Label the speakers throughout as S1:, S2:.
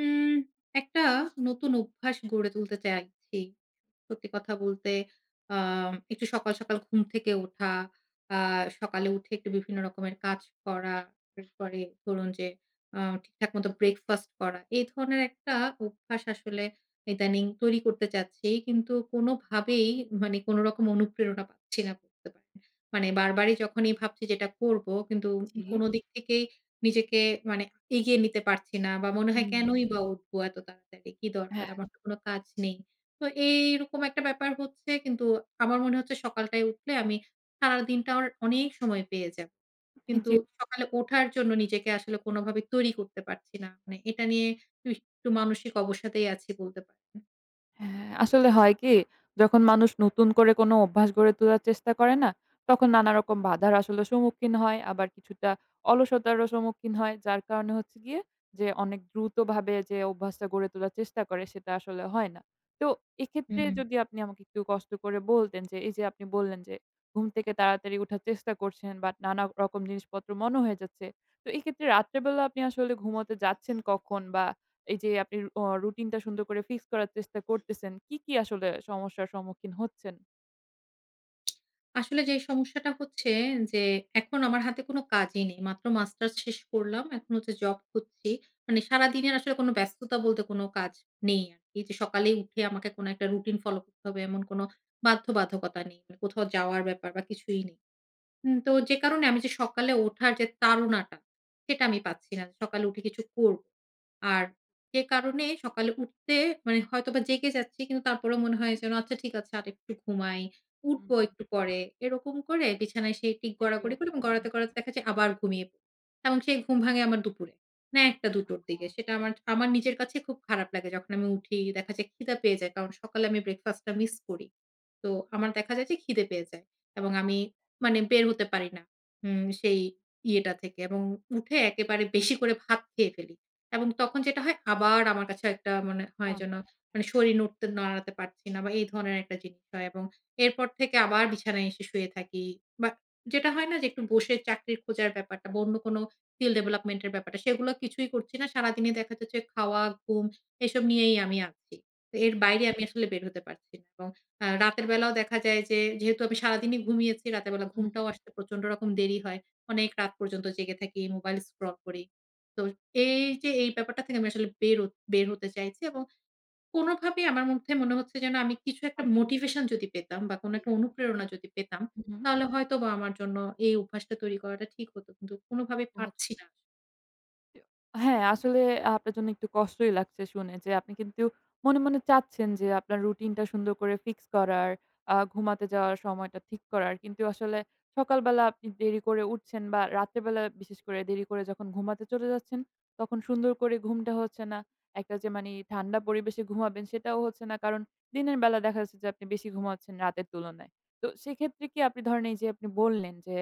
S1: উম একটা নতুন অভ্যাস গড়ে তুলতে চাইছি। সত্যি কথা বলতে আ একটু সকাল, সকাল ঘুম থেকে ওঠা, আ সকালে উঠে একটু বিভিন্ন রকমের কাজ করা, এরপরে ধরুন যে ঠিকঠাক মতো ব্রেকফাস্ট করা। এই ধরনের একটা অভ্যাস আসলে ইদানিং তৈরি করতে চাচ্ছি। কিন্তু কোনোভাবেই মানে কোনো রকম অনুপ্রেরণা পাচ্ছি না বলতে পারেন। মানে বারবারই যখনই ভাবছি যে এটা করব, কিন্তু
S2: জি।
S1: কোনো দিক থেকেই নিজেকে মানে এগিয়ে নিতে পারছি না, বা মনে হয় কেনই
S2: হুম।
S1: বা উঠবো এত তাড়াতাড়ি? কি দরকার?
S2: হ্যাঁ,
S1: আমার তো কোনো কাজ নেই। তো এইরকম একটা ব্যাপার হচ্ছে, কিন্তু আমার মনে হচ্ছে সকালটায় উঠলে আমি সারাদিনটা আমার অনেক সময় পেয়ে যাব।
S2: এই
S1: কিন্তু
S2: যে
S1: সকালে ওঠার জন্য নিজেকে আসলে কোনোভাবে তৈরি করতে পারছি না। মানে এটা নিয়ে একটু মানসিক অবসাদেই আছি বলতে পারেন।
S2: হ্যাঁ, আসলে হয় কি যখন মানুষ নতুন করে কোনো অভ্যাস গড়ে তোলার চেষ্টা করে না, তখন নানা রকম বাধার আসলে সম্মুখীন হয়। আবার কিছুটা অলসতারও সম্মুখীন হয়। যার কারণে হচ্ছে গিয়ে যে অনেক দ্রুতভাবে যে অভ্যাসটা গড়ে তোলার চেষ্টা করে সেটা আসলে হয় না। তো এক্ষেত্রে
S1: হুম।
S2: যদি আপনি আমাকে একটু কষ্ট করে বলতেন যে এই যে আপনি বললেন যে ঘুম থেকে তাড়াতাড়ি উঠার চেষ্টা করছেন বাট নানা রকম জিনিসপত্র মনে হয়ে যাচ্ছে। তো এক্ষেত্রে রাত্রে বেলা আপনি আসলে ঘুমোতে যাচ্ছেন কখন বা এই যে আপনি রুটিনটা সুন্দর করে ফিক্স করার চেষ্টা করতেছেন। কি, আসলে সমস্যার সম্মুখীন হচ্ছেন?
S1: আসলে যে সমস্যাটা হচ্ছে যে এখন আমার হাতে কোনো কাজই নেই। মাত্র মাস্টার্স শেষ করলাম। এখন হচ্ছে জব খুঁজছি। মানে সারাদিনের আসলে কোনো ব্যস্ততা বলতে কোনো কাজ নেই আরকি। যে সকালে উঠে আমাকে কোনো একটা রুটিন ফলো করতে হবে এমন কোনো বাধ্যবাধকতা নেই। মানে কোথাও যাওয়ার ব্যাপার বা কিছুই নেই। হুম, তো যে কারণে আমি যে সকালে ওঠার যে তাড়নাটা, সেটা আমি পাচ্ছি না। সকালে উঠে কিছু করব। আর যে কারণে সকালে উঠতে মানে হয়তোবা জেগে যাচ্ছি, কিন্তু তারপরেও মনে হয় যেন আচ্ছা ঠিক আছে আর একটু ঘুমাই।
S2: হুম।
S1: উঠবো একটু পরে। এরকম করে বিছানায় সেই টিক
S2: দেরি
S1: গড়াগড়ি
S2: হয়ে
S1: করে
S2: যাচ্ছে।
S1: এবং গড়াতে,
S2: হ্যাঁ,
S1: গড়াতে দেখা যায় আবার ঘুমিয়ে পড়ি। এবং সেই ঘুম ভাঙে আমার দুপুরে। না, ১:০০ ২:০০ র
S2: আহা
S1: দিকে। সেটা আমার নিজের কাছে খুব খারাপ লাগে যখন আমি উঠি। দেখা যায় খিদা পেয়ে যায়, কারণ সকালে আমি ব্রেকফাস্ট টা মিস করি। তো আমার দেখা যায় যে খিদে পেয়ে যায়। এবং আমি মানে বের হতে পারি না। হুম, সেই ইয়েটা থেকে এবং উঠে একেবারে বেশি করে ভাত খেয়ে ফেলি। এবং তখন যেটা হয়, আবার আমার কাছে একটা মনে হয়
S2: ক্লান্ত
S1: যেন
S2: লাগে।
S1: মানে শরীর উঠতে নাড়াতে পারছি না বা এই ধরনের একটা জিনিস হয়, এবং এরপর থেকে আবার বিছানায় এসে শুয়ে থাকি। বা যেটা হয় না, যে একটু বসে চাকরির খোঁজার ব্যাপারটা বা অন্য কোনো স্কিল ডেভেলপমেন্ট এর ব্যাপারটা, সেগুলো কিছুই করছি না। সারাদিনে দেখা যাচ্ছে খাওয়া, ঘুম এসব নিয়েই আমি আছি। তো এর
S2: হ্যাঁ,
S1: বাইরে আমি আসলে বের হতে পারছি না। এবং রাতের বেলাও দেখা যায় যে, যেহেতু আমি সারাদিনই ঘুমিয়েছি, রাতের বেলা
S2: হুম,
S1: ঘুমটাও আসতে প্রচন্ড রকম দেরি হয়। অনেক রাত পর্যন্ত জেগে থাকি, মোবাইল স্ক্রল করি। তো এই যে এই ব্যাপারটা থেকে আমি আসলে বের হতে চাইছি, এবং কোনভাবেই আমার মধ্যে মনে হচ্ছে যেন আমি কিছু একটা মোটিভেশন যদি পেতাম বা কোন
S2: পারছি।
S1: একটা অনুপ্রেরণা যদি পেতাম,
S2: হুম।
S1: তাহলে হয়তোবা আমার জন্য এই অভ্যাসটা তৈরি করাটা ঠিক হতো। কিন্তু কোনভাবে পারছি না।
S2: হ্যাঁ, আসলে আপনার জন্য একটু কষ্টই লাগছে শুনে যে আপনি কিন্তু মনে চাচ্ছেন যে আপনার রুটিনটা সুন্দর করে ফিক্স করার, ঘুমাতে যাওয়ার সময়টা ঠিক করার। কিন্তু আসলে সকালবেলা আপনি দেরি করে উঠছেন বা রাতের বেলা বিশেষ করে দেরি করে যখন ঘুমাতে চলে যাচ্ছেন, তখন সুন্দর করে ঘুমটা হচ্ছে না। একটা যে মানি ঠান্ডা পরিবেশে ঘুমাবেন সেটাও হচ্ছে না। কারণ দিনের বেলা দেখা যাচ্ছে যে আপনি বেশি ঘুমাচ্ছেন রাতের তুলনায়। তো সেক্ষেত্রে কি আপনি ধরেন এই যে আপনি বললেন যে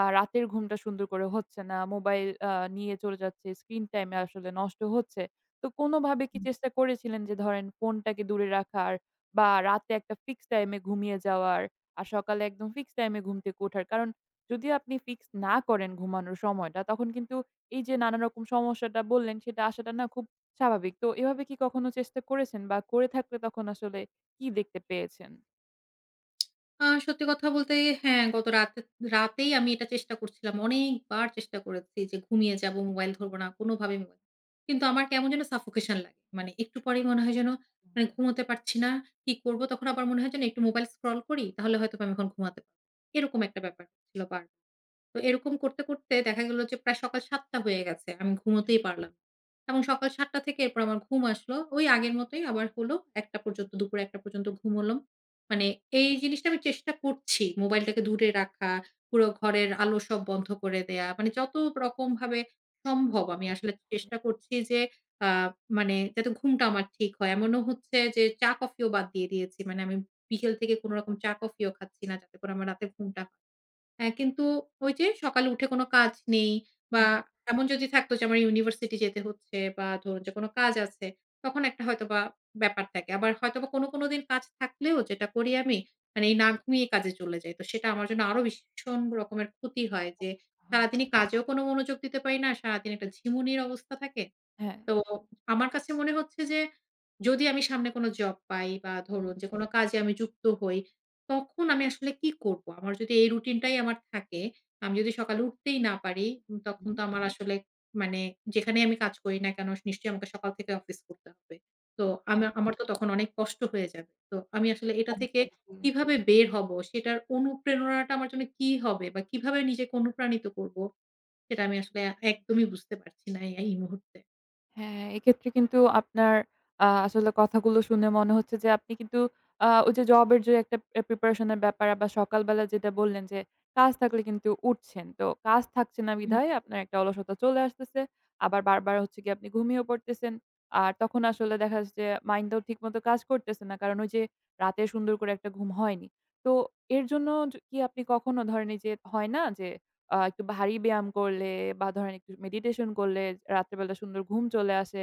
S2: রাতের ঘুমটা সুন্দর করে হচ্ছে না। মোবাইল নিয়ে চলে যাচ্ছে। স্ক্রিন টাইম আসলে নষ্ট হচ্ছে। তো কোনোভাবে কি চেষ্টা করেছিলেন যে ধরেন ফোনটাকে দূরে রাখার বা রাতে একটা ফিক্স টাইমে ঘুমিয়ে যাওয়ার আর সকালে একদম ফিক্স টাইমে ঘুম থেকে ওঠার? কারণ যদি আপনি ফিক্স না করেন ঘুমানোর সময়টা তখন কিন্তু এই যে নানা রকম সমস্যাটা বললেন সেটা আসাটা না খুব স্বাভাবিক। তো এভাবে কি কখনো চেষ্টা করেছেন বা করে থাকলে তখন আসলে কি দেখতে পেয়েছেন?
S1: সত্যি কথা বলতে, হ্যাঁ, গত রাতেই আমি এটা চেষ্টা করছিলাম। অনেকবার চেষ্টা করেছি যে ঘুমিয়ে যাবো, মোবাইল ধরবো না, কোনোভাবেই মোবাইল, কিন্তু আমার কেমন যেন suffocation লাগে। মানে একটু পরেই
S2: জি,
S1: মনে হয়
S2: আচ্ছা।
S1: যেন, মানে ঘুমোতে পারছি না। কি করব? তখন আবার মনে হয় যেন একটু মোবাইল স্ক্রল করি, তাহলে হয়তোবা আমি এখন ঘুমাতে পারব। এরকম একটা ব্যাপার ছিল বার। তো এরকম করতে, করতে দেখা গেল যে প্রায় সকাল ৭:০০ হয়ে গেছে। আমি ঘুমোতেই পারলাম না। এবং সকাল ৭:০০ থেকে এরপর আমার ঘুম আসলো। ওই আগের মতোই আবার হলো। ১:০০ পর্যন্ত, দুপুর ১:০০ পর্যন্ত ঘুমোলাম। মানে
S2: হুম।
S1: এই জিনিসটা আমি চেষ্টা করছি। মোবাইলটাকে দূরে রাখা, পুরো ঘরের আলো সব বন্ধ করে দেয়া। মানে যত রকমভাবে সম্ভব
S2: চেষ্টা
S1: আমি
S2: করা যাবে।
S1: আসলে চেষ্টা করছি যে আ মানে যাতে ঘুমটা আমার ঠিক হয়। এমনও হচ্ছে যে চা-কফিও বাদ দিয়ে দিয়েছি। মানে আমি বিকেল থেকে কোন রকম চা-কফিও খাচ্ছি না, যাতে করে আমার রাতে ঘুমটা হয়। হ্যাঁ, কিন্তু ওই যে সকালে উঠে কোনো কাজ নেই, বা
S2: হ্যাঁ।
S1: এমন যদি থাকতো যে আমার ইউনিভার্সিটি যেতে হচ্ছে বা ধরুন যে কোনো কাজ আছে, তখন একটা হয়তোবা ব্যাপার থাকে। আবার হয়তোবা কোনো, কোনো দিন কাজ থাকলেও যেটা করি আমি, মানে এই না ঘুমিয়ে কাজে চলে যাই। তো সেটা আমার জন্য আরো ভীষণ রকমের ক্ষতি হয় যে
S2: পছন্দ হয়।
S1: সারাদিনই কাজেও কোনো মনোযোগ দিতে পারি না। সারাদিন একটা ঝিমুনির অবস্থা থাকে।
S2: হ্যাঁ।
S1: তো আমার কাছে মনে হচ্ছে যে, যদি আমি সামনে কোনো জব পাই বা
S2: হুম,
S1: ধরুন যে কোনো কাজে আমি যুক্ত হই, তখন আমি আসলে কি করব? আমার যদি এই রুটিনটাই আমার থাকে, আমি যদি সকালে উঠতেই না পারি, তখন
S2: হুম।
S1: তো আমার আসলে মানে যেখানেই আমি কাজ করি না কেন নিশ্চয়ই আমাকে সকাল থেকে অফিস করতে হবে। তো
S2: হ্যাঁ,
S1: আমার তো তখন অনেক কষ্ট হয়ে যাবে। তো আমি আসলে এটা
S2: কম
S1: থেকে
S2: সবজি।
S1: কিভাবে বের হব? সেটার অনুপ্রেরণাটা আমার জন্য কি হবে বা কিভাবে নিজেকে অনুপ্রাণিত করব? সেটা আমি আসলে একদমই বুঝতে পারছি না এই এই মুহূর্তে।
S2: হ্যাঁ, এক্ষেত্রে কিন্তু আপনার আসলে কথাগুলো শুনে মনে হচ্ছে যে আপনি কিন্তু ওই যে জবের যে একটা প্রিপারেশন এর ব্যাপার আবার সকালবেলা যেটা বললেন যে কাজ থাকলে কিন্তু উঠছেন। তো কাজ থাকছে না বিধায় আপনার একটা অলসতা চলে আসতেছে। আবার বারবার হচ্ছে গিয়ে আপনি ঘুমিয়েও পড়তেছেন। আর তখন আসলে দেখা যাচ্ছে যে মাইন্ডটাও ঠিকমতো কাজ করতেছে না। কারণ ওই যে রাতে সুন্দর করে একটা ঘুম হয়নি। তো এর জন্য কি আপনি কখনো ধরেন এই যে হয় না যে একটু ভারী ব্যায়াম করলে বা ধরেন একটু মেডিটেশন করলে রাত্রেবেলা সুন্দর ঘুম চলে আসে।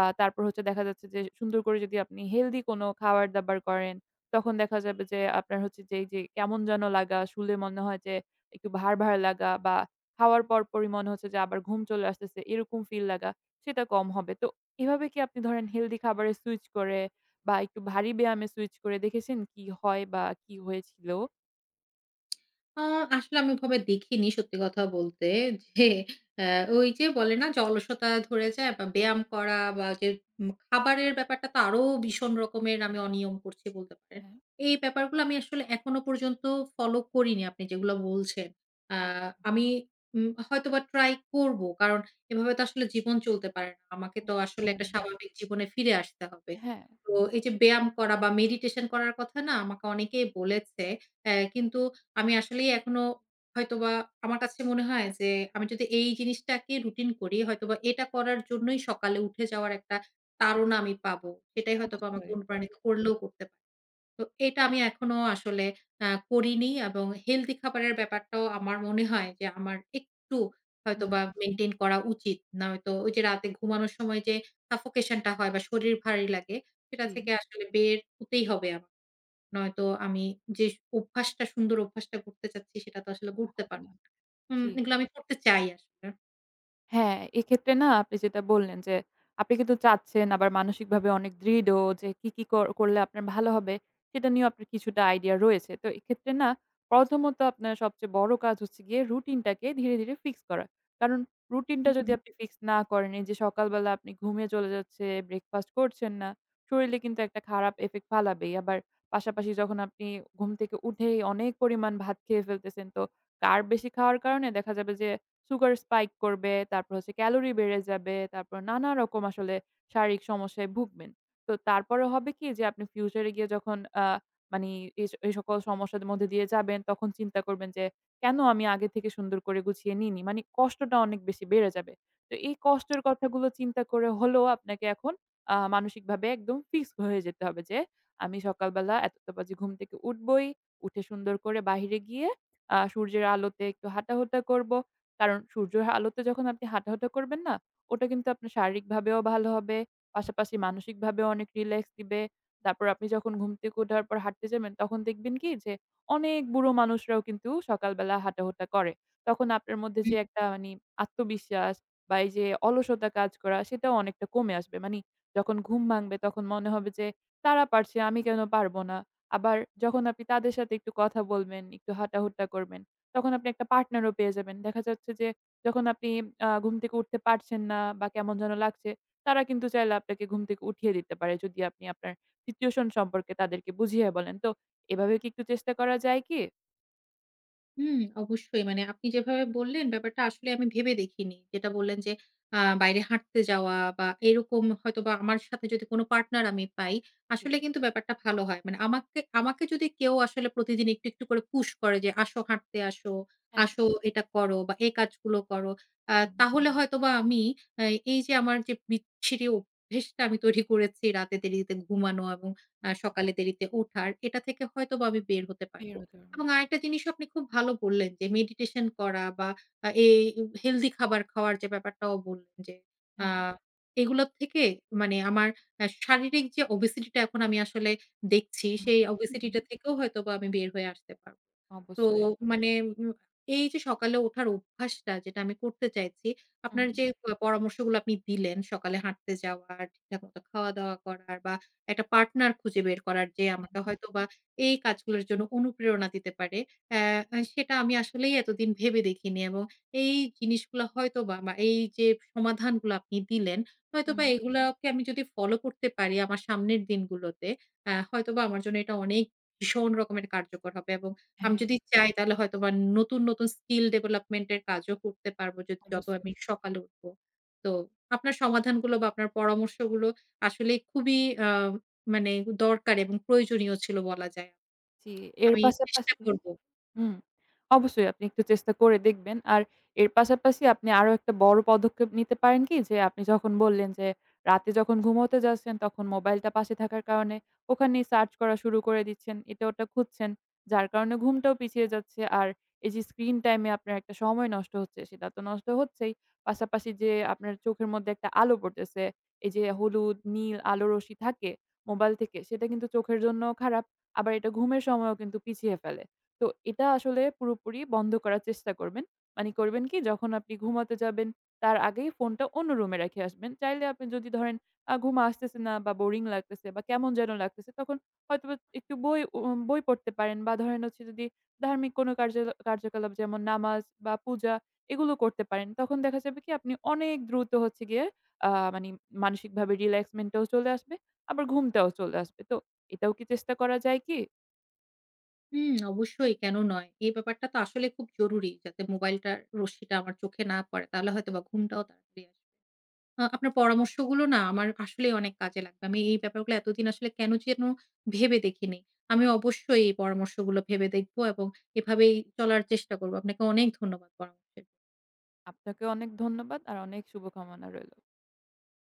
S2: তারপর হচ্ছে দেখা যাচ্ছে যে সুন্দর করে যদি আপনি হেলদি কোনো খাবার-দাবার করেন, তখন দেখা যাবে যে আপনার হচ্ছে যে এই যে কেমন যেন লাগা, শুলে মনে হয় যে একটু ভার লাগা বা খাওয়ার পরপরই মনে হচ্ছে যে আবার ঘুম চলে আসতেছে, এরকম ফিল লাগা সেটা কম হবে। তো এভাবে কি আপনি ধরেন হেলদি খাবারে সুইচ করে বা একটু ভারী ব্যায়ামে সুইচ করে দেখেছেন কি হয় বা কি হয়েছিল?
S1: আ আসলে আমি ওভাবে দেখিনি সত্যি কথা বলতে। যে অ্যা ওই যে বলে না যে অলসতা ধরে যায় বা ব্যায়াম করা বা যে খাবারের ব্যাপারটা তো আরো ভীষণ রকমের আমি অনিয়ম করছি বলতে পারেন।
S2: হ্যাঁ,
S1: এই ব্যাপারগুলো আমি আসলে এখনো পর্যন্ত ফলো করিনি, আপনি যেগুলো বলছেন। আ আমি হয়তোবা ট্রাই করব। কারণ এভাবে তো আসলে জীবন চলতে পারে না। আমাকে তো
S2: আচ্ছা
S1: আসলে
S2: বলেন
S1: একটা
S2: না।
S1: স্বাভাবিক জীবনে ফিরে আসতে হবে।
S2: হ্যাঁ।
S1: তো এই যে ব্যায়াম করা বা মেডিটেশন করার কথা না আমাকে অনেকেই বলেছে। কিন্তু আমি আসলেই এখনো হয়তোবা আমার কাছে মনে হয় যে, আমি যদি এই জিনিসটাকে রুটিন করি, হয়তোবা এটা করার জন্যই সকালে উঠে যাওয়ার একটা তাড়না আমি পাবো। সেটাই হয়তোবা আমাকে
S2: অবশ্যই।
S1: অনুপ্রাণিত করলেও করতে পারে। তো এটা আমি এখনো আসলে করিনি। এবং হেলথি খাবারের ব্যাপারটাও আমার মনে হয় যে আমার একটু
S2: হুম,
S1: হয়তোবা মেইনটেইন করা উচিত। নয়তো ওই যে রাতে ঘুমানোর সময় যে সাফোকেশন টা হয় বা শরীর ভারী লাগে, সেটা
S2: জি।
S1: থেকে আসলে বের হতেই হবে আমার। নয়তো আমি যে অভ্যাসটা, সুন্দর অভ্যাসটা করতে চাচ্ছি, সেটা তো আসলে গড়তে
S2: হবে
S1: পারব।
S2: না। জি।
S1: এগুলো আমি করতে চাই আসলে।
S2: হ্যাঁ, এক্ষেত্রে না আপনি যেটা বললেন যে, আপনি কিন্তু চাচ্ছেন আবার মানসিকভাবে অনেক দৃঢ় যে কি, করলে আপনার ভালো হবে সেটা নিয়েও আপনার কিছুটা আইডিয়া রয়েছে। তো এক্ষেত্রে না প্রথমত আপনার সবচেয়ে বড় কাজ হচ্ছে গিয়ে রুটিনটাকে ধীরে, ধীরে ফিক্স করা। কারণ
S1: হুম।
S2: রুটিনটা
S1: হুম।
S2: যদি আপনি ফিক্স না করেন এই যে সকালবেলা আপনি ঘুমিয়ে চলে যাচ্ছে, ব্রেকফাস্ট করছেন না, শরীরে কিন্তু একটা খারাপ ইফেক্ট ফালাবেই। আবার পাশাপাশি যখন আপনি ঘুম থেকে উঠেই অনেক পরিমাণ ভাত খেয়ে ফেলতেছেন, তো কার বেশি খাওয়ার কারণে দেখা যাবে যে সুগার স্পাইক করবে, তারপর হচ্ছে ক্যালোরি বেড়ে যাবে, তারপর নানা রকম আসলে শারীরিক সমস্যায় ভুগবেন। তো তারপরে হবে কি যে আপনি ফিউচারে গিয়ে যখন মানি এই সকল সমস্যার মধ্যে দিয়ে যাবেন তখন চিন্তা করবেন যে, কেন আমি আগে থেকে সুন্দর করে গুছিয়ে নিইনি? মানে কষ্টটা অনেক বেশি বেড়ে যাবে। তো এই কষ্টের কথাগুলো চিন্তা করে হলেও আপনাকে এখন মানসিকভাবে একদম ফিক্স হয়ে যেতে হবে যে, আমি সকালবেলা এতটা বাজে ঘুম থেকে উঠবই, উঠে সুন্দর করে বাহিরে গিয়ে সূর্যের আলোতে একটু হাঁটাহুটা করব। কারণ সূর্যের আলোতে যখন আপনি হাঁটাহাঁটা করবেন না, ওটা কিন্তু আপনার শারীরিকভাবেও ভালো হবে। পাশাপাশি মানসিকভাবেও অনেক রিল্যাক্স দিবে। তারপর আপনি যখন ঘুম থেকে ওঠার পর হাঁটতে যাবেন, তখন দেখবেন কি যে অনেক বুড়ো মানুষরাও কিন্তু সকালবেলা হাঁটাহুটা করে। তখন আপনার মধ্যে যে একটা মানি আত্মবিশ্বাস বা এই যে অলসতা কাজ করা, সেটাও অনেকটা কমে আসবে। মানি যখন ঘুম ভাঙবে তখন মনে হবে যে, "তারা পারছে, আমি কেন পারব না?" আবার যখন আপনি তাদের সাথে একটু কথা বলবেন, একটু হাঁটাহুটা করবেন, তখন আপনি একটা পার্টনারও পেয়ে যাবেন। দেখা যাচ্ছে যে যখন আপনি ঘুম থেকে উঠতে পারছেন না বা কেমন যেন লাগছে, তারা কিন্তু চাইলে আপনাকে ঘুম থেকে উঠিয়ে দিতে পারে যদি আপনি আপনার সিচুয়েশন সম্পর্কে তাদেরকে বুঝিয়ে বলেন। তো এভাবে কি একটু চেষ্টা করা যায় কি?
S1: হুম, অবশ্যই। মানে আপনি যেভাবে বললেন ব্যাপারটা আসলে আমি ভেবে দেখিনি। যেটা বললেন যে বাইরে হাঁটতে যাওয়া বা এরকম, হয়তোবা আমার সাথে যদি কোনো পার্টনার আমি পাই,
S2: জি,
S1: আসলে কিন্তু ব্যাপারটা ভালো হয়। মানে আমাকে আমাকে যদি কেউ আসলে প্রতিদিন একটু, একটু করে পুশ করে যে, "আসো হাঁটতে আসো,
S2: হ্যাঁ।
S1: আসো এটা করো বা এই কাজগুলো করো।" আ
S2: হুম,
S1: তাহলে হয়তোবা আমি আ এই যে আমার যে বিচ্ছিরি অভ্যেসটা আমি তৈরি করেছি রাতে দেরিতে ঘুমানো এবং
S2: হুম।
S1: সকালে দেরিতে ওঠার, এটা থেকে হয়তোবা আমি বের হতে পারব।
S2: বের হতে পারবেন।
S1: এবং আরেকটা জিনিসও আপনি খুব ভালো বললেন, যে মেডিটেশন করা বা এই হেলদি খাবার খাওয়ার যে ব্যাপারটাও বললেন যে
S2: জি,
S1: আ
S2: হ্যাঁ।
S1: এগুলোর থেকে মানে আমার শারীরিক যে ওবেসিটিটা এখন আমি আসলে দেখছি,
S2: হুম,
S1: সেই
S2: হুম,
S1: ওবেসিটিটা থেকেও হয়তোবা আমি বের হয়ে আসতে পারব। তো
S2: অবশ্যই।
S1: মানে উম এই যে সকালে ওঠার অভ্যাসটা যেটা আমি করতে চাইছি,
S2: হুম,
S1: আপনার যে পরামর্শগুলো আপনি দিলেন সকালে হাঁটতে যাওয়ার, ঠিকঠাক মতো খাওয়া-দাওয়া করার বা একটা পার্টনার খুঁজে বের করার যে আমাকে হয়তোবা এই কাজগুলোর জন্য অনুপ্রেরণা দিতে পারে, অ্যা সেটা আমি আসলেই এতদিন ভেবে দেখিনি। এবং এই জিনিসগুলা হয়তোবা বা বা এই যে সমাধানগুলো আপনি দিলেন,
S2: হুম।
S1: হয়তোবা এগুলাকে আমি যদি ফলো করতে পারি আমার সামনের দিনগুলোতে, হয়তোবা আমার জন্য এটা অনেক ভীষণ রকমের কার্যকর হবে, এবং আমি
S2: হ্যাঁ,
S1: যদি চাই তাহলে হয়তোবা নতুন, নতুন স্কিল ডেভেলপমেন্ট এর কাজও করতে পারবো যদি যত আমি
S2: অবশ্যই।
S1: সকালে উঠবো। তো আপনার সমাধানগুলো বা আপনার পরামর্শগুলো আসলেই খুবই আ মানে দরকার এবং প্রয়োজনীয় ছিল বলা যায়।
S2: জি, এর
S1: আমি চেষ্টা
S2: পাশাপাশি
S1: করব।
S2: হুম। অবশ্যই আপনি একটু চেষ্টা করে দেখবেন। আর এর পাশাপাশি আপনি আরো একটা বড় পদক্ষেপ নিতে পারেন কি? যে আপনি যখন বললেন যে রাতে যখন ঘুমোতে যাচ্ছেন তখন মোবাইলটা পাশে থাকার কারণে ওখানেই সার্চ করা শুরু করে দিচ্ছেন। এটা ওটা খুঁজছেন। যার কারণে ঘুমটাও পিছিয়ে যাচ্ছে। আর এই যে স্ক্রিন টাইম এ আপনার একটা সময় নষ্ট হচ্ছে সেটা তো নষ্ট হচ্ছেই। পাশাপাশি যে আপনার চোখের মধ্যে একটা আলো পড়তেছে। এই যে হলুদ, নীল আলো রশ্মি থাকে মোবাইল থেকে সেটা কিন্তু চোখের জন্যও খারাপ। আবার এটা ঘুমের সময়ও কিন্তু পিছিয়ে ফেলে। তো এটা আসলে পুরোপুরি বন্ধ করার চেষ্টা করবেন। মানে করবেন কি যখন আপনি ঘুমাতে যাবেন তার আগেই ফোনটা অন্য রুমে রেখে আসবেন। চাইলে আপনি যদি ধরেন ঘুম আসতেছে না বা বোরিং লাগতেছে বা কেমন যেন লাগতেছে তখন হয়তোবা একটু বই পড়তে পারেন বা ধরেন হচ্ছে যদি ধার্মিক কোনো কার্যকলাপ যেমন নামাজ বা পূজা এগুলো করতে পারেন। তখন দেখা যাবে কি আপনি অনেক দ্রুত হচ্ছে গিয়ে মানি মানসিকভাবে রিল্যাক্সমেন্ট টাও চলে আসবে, আবার ঘুমটাও চলে আসবে। তো এটাও কি চেষ্টা করা যায় কি?
S1: হুম, অবশ্যই কেন নয়? এই ব্যাপারটা তো আসলে খুব জরুরি, যাতে মোবাইলটার রশ্মিটা আমার চোখে না পড়ে। তাহলে হয়তোবা ঘুমটাও তাড়াতাড়ি আসবে। আপনার পরামর্শগুলো না আমার আসলেই অনেক কাজে লাগবে। আমি এই ব্যাপারগুলো এতদিন আসলে কেন যেন ভেবে দেখিনি। আমি অবশ্যই এই পরামর্শগুলো ভেবে দেখব এবং এভাবেই চলার চেষ্টা করব। আপনাকে অনেক ধন্যবাদ পরামর্শের।
S2: আপনাকেও অনেক ধন্যবাদ আর অনেক শুভকামনা রইল।